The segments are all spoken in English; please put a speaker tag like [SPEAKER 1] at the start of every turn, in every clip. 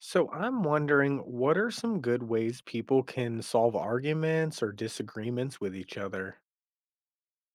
[SPEAKER 1] So I'm wondering, what are some good ways people can solve arguments or disagreements with each other?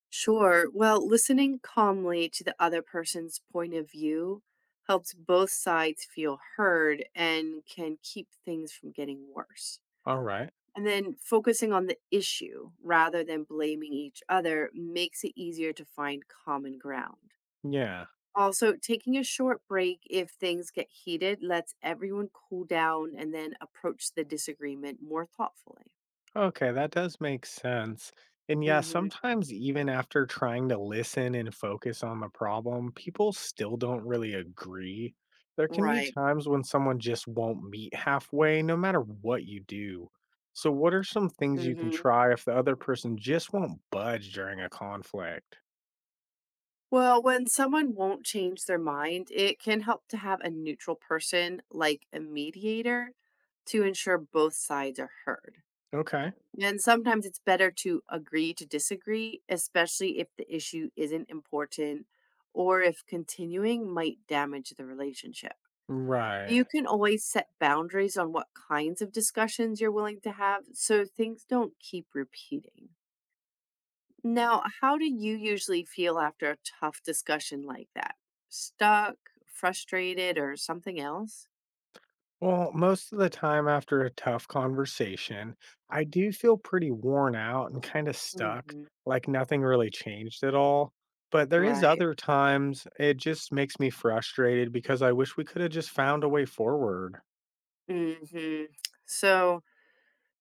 [SPEAKER 2] Sure. Well, listening calmly to the other person's point of view helps both sides feel heard and can keep things from getting worse.
[SPEAKER 1] All right.
[SPEAKER 2] And then focusing on the issue rather than blaming each other makes it easier to find common ground.
[SPEAKER 1] Yeah.
[SPEAKER 2] Also, taking a short break if things get heated lets everyone cool down and then approach the disagreement more thoughtfully.
[SPEAKER 1] Okay, that does make sense. And yeah,
[SPEAKER 2] Hmm.
[SPEAKER 1] sometimes even after trying to listen and focus on the problem, people still don't really agree. There can be
[SPEAKER 2] Right.
[SPEAKER 1] times when someone just won't meet halfway, no matter what you do. So, what are some things you can
[SPEAKER 2] Hmm.
[SPEAKER 1] try if the other person just won't budge during a conflict?
[SPEAKER 2] Well, when someone won't change their mind, it can help to have a neutral person, like a mediator, to ensure both sides are heard.
[SPEAKER 1] Okay.
[SPEAKER 2] And sometimes it's better to agree to disagree, especially if the issue isn't important or if continuing might damage the relationship. You
[SPEAKER 1] Right.
[SPEAKER 2] can always set boundaries on what kinds of discussions you're willing to have so things don't keep repeating. Now, how do you usually feel after a tough discussion like that? Stuck, frustrated, or something else?
[SPEAKER 1] Well, most of the time after a tough conversation, I do feel pretty worn out and kind of stuck,
[SPEAKER 2] Hmm.
[SPEAKER 1] like nothing really changed at all. But there is
[SPEAKER 2] Right.
[SPEAKER 1] other times it just makes me frustrated because I wish we could have just found a way forward.
[SPEAKER 2] Hmm. So,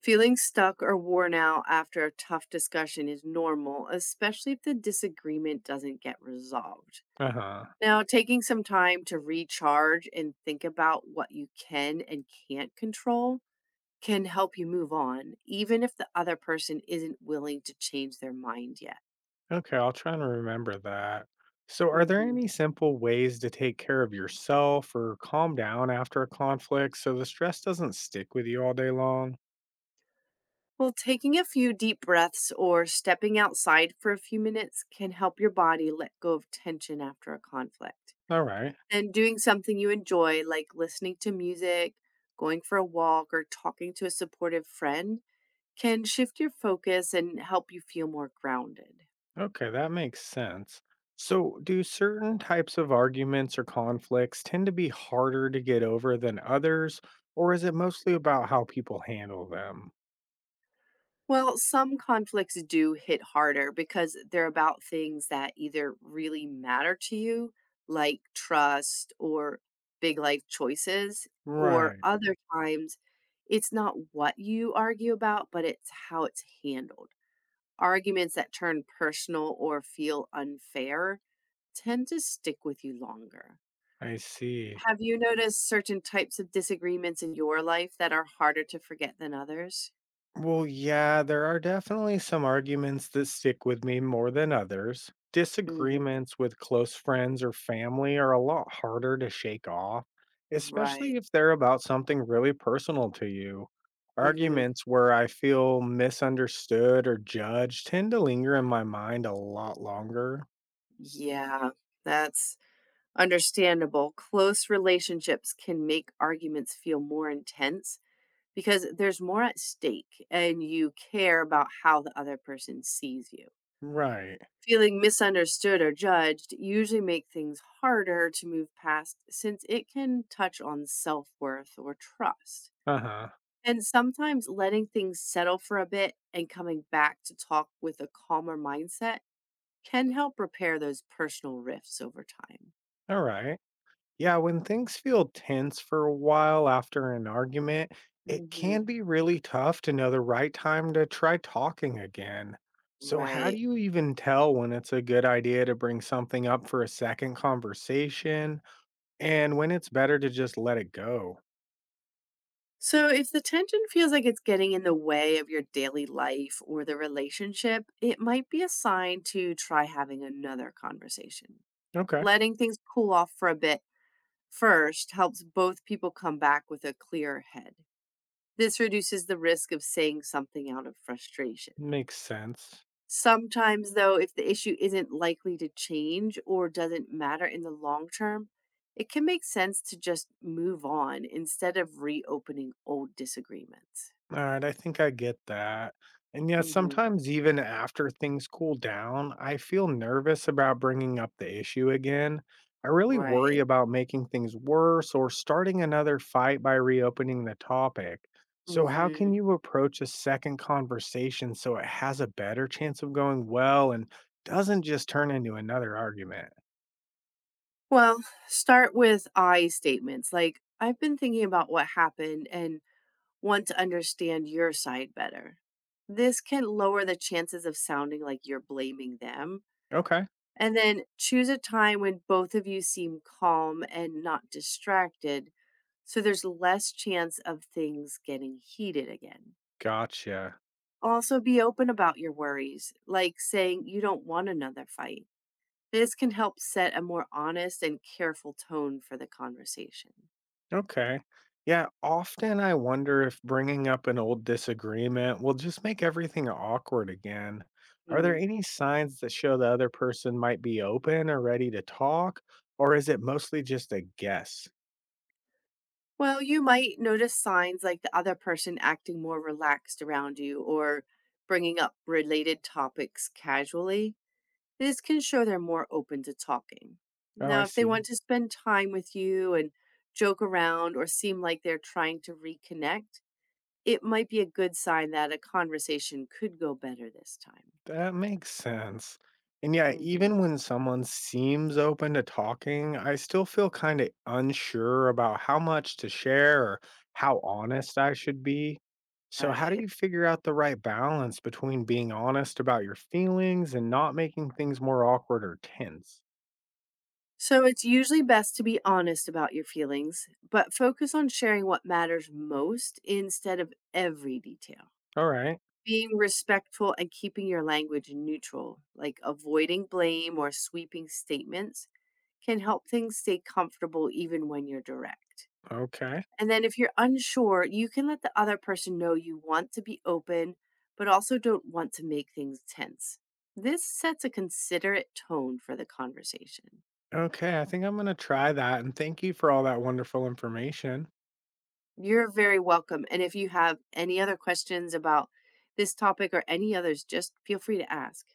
[SPEAKER 2] feeling stuck or worn out after a tough discussion is normal, especially if the disagreement doesn't get resolved.
[SPEAKER 1] Uh-huh.
[SPEAKER 2] Now, taking some time to recharge and think about what you can and can't control can help you move on, even if the other person isn't willing to change their mind yet.
[SPEAKER 1] Okay, I'll try and remember that. So, are there
[SPEAKER 2] Mhm.
[SPEAKER 1] any simple ways to take care of yourself or calm down after a conflict so the stress doesn't stick with you all day long?
[SPEAKER 2] Well, taking a few deep breaths or stepping outside for a few minutes can help your body let go of tension after a conflict.
[SPEAKER 1] All right.
[SPEAKER 2] And doing something you enjoy, like listening to music, going for a walk, or talking to a supportive friend, can shift your focus and help you feel more grounded.
[SPEAKER 1] Okay, that makes sense. So, do certain types of arguments or conflicts tend to be harder to get over than others, or is it mostly about how people handle them?
[SPEAKER 2] Well, some conflicts do hit harder because they're about things that either really matter to you, like trust or big life choices, or
[SPEAKER 1] Right,
[SPEAKER 2] other times it's not what you argue about, but it's how it's handled. Arguments that turn personal or feel unfair tend to stick with you longer.
[SPEAKER 1] I see.
[SPEAKER 2] Have you noticed certain types of disagreements in your life that are harder to forget than others?
[SPEAKER 1] Well, yeah, there are definitely some arguments that stick with me more than others.
[SPEAKER 2] Hmm.
[SPEAKER 1] Disagreements with close friends or family are a lot harder to shake off,
[SPEAKER 2] Right.
[SPEAKER 1] especially if they're about something really personal to you.
[SPEAKER 2] Hmm.
[SPEAKER 1] Arguments where I feel misunderstood or judged tend to linger in my mind a lot longer.
[SPEAKER 2] Yeah, that's understandable. Close relationships can make arguments feel more intense because there's more at stake and you care about how the other person sees you.
[SPEAKER 1] Right.
[SPEAKER 2] Feeling misunderstood or judged usually make things harder to move past since it can touch on self-worth or trust.
[SPEAKER 1] Uh huh.
[SPEAKER 2] And sometimes letting things settle for a bit and coming back to talk with a calmer mindset can help repair those personal rifts over time.
[SPEAKER 1] All right. Yeah, when things feel tense for a while after an argument, it can
[SPEAKER 2] Mhm.
[SPEAKER 1] be really tough to know the right time to try talking again. So, how do
[SPEAKER 2] Right.
[SPEAKER 1] you even tell when it's a good idea to bring something up for a second conversation, and when it's better to just let it go?
[SPEAKER 2] So if the tension feels like it's getting in the way of your daily life or the relationship, it might be a sign to try having another conversation.
[SPEAKER 1] Okay,
[SPEAKER 2] Letting things cool off for a bit first helps both people come back with a clear head. This reduces the risk of saying something out of frustration.
[SPEAKER 1] makes sense.
[SPEAKER 2] Sometimes, though, if the issue isn't likely to change or doesn't matter in the long term, it can make sense to just move on instead of reopening old disagreements.
[SPEAKER 1] Alright, I think I get that. And yet,
[SPEAKER 2] Hmm.
[SPEAKER 1] sometimes even after things cool down, I feel nervous about bringing up the issue again. I really worry
[SPEAKER 2] Right.
[SPEAKER 1] about making things worse or starting another fight by reopening the topic. So, how can
[SPEAKER 2] Hmm.
[SPEAKER 1] you approach a second conversation so it has a better chance of going well and doesn't just turn into another argument?
[SPEAKER 2] Well, start with I statements like, I've been thinking about what happened and want to understand your side better. This can lower the chances of sounding like you're blaming them.
[SPEAKER 1] Okay,
[SPEAKER 2] And then choose a time when both of you seem calm and not distracted so there's less chance of things getting heated again.
[SPEAKER 1] gotcha.
[SPEAKER 2] Also, be open about your worries, like saying you don't want another fight. This can help set a more honest and careful tone for the conversation.
[SPEAKER 1] Okay. Yeah, often I wonder if bringing up an old disagreement will just make everything awkward again. Are there
[SPEAKER 2] Hmm.
[SPEAKER 1] any signs that show the other person might be open or ready to talk, or is it mostly just a guess?
[SPEAKER 2] Well, you might notice signs like the other person acting more relaxed around you or bringing up related topics casually. This can show they're more open to talking.
[SPEAKER 1] Oh,
[SPEAKER 2] Now,
[SPEAKER 1] I
[SPEAKER 2] if they
[SPEAKER 1] see.
[SPEAKER 2] want to spend time with you and joke around or seem like they're trying to reconnect, it might be a good sign that a conversation could go better this time.
[SPEAKER 1] That makes sense. And yeah,
[SPEAKER 2] Hmm.
[SPEAKER 1] even when someone seems open to talking, I still feel kind of unsure about how much to share or how honest I should be. So, how do
[SPEAKER 2] Right.
[SPEAKER 1] you figure out the right balance between being honest about your feelings and not making things more awkward or tense?
[SPEAKER 2] So, it's usually best to be honest about your feelings, but focus on sharing what matters most instead of every detail.
[SPEAKER 1] All right.
[SPEAKER 2] Being respectful and keeping your language neutral, like avoiding blame or sweeping statements, can help things stay comfortable even when you're direct.
[SPEAKER 1] Okay.
[SPEAKER 2] And then if you're unsure, you can let the other person know you want to be open, but also don't want to make things tense. This sets a considerate tone for the conversation.
[SPEAKER 1] Okay, I think I'm going to try that. And thank you for all that wonderful information.
[SPEAKER 2] You're very welcome. And if you have any other questions about this topic or any others, just feel free to ask.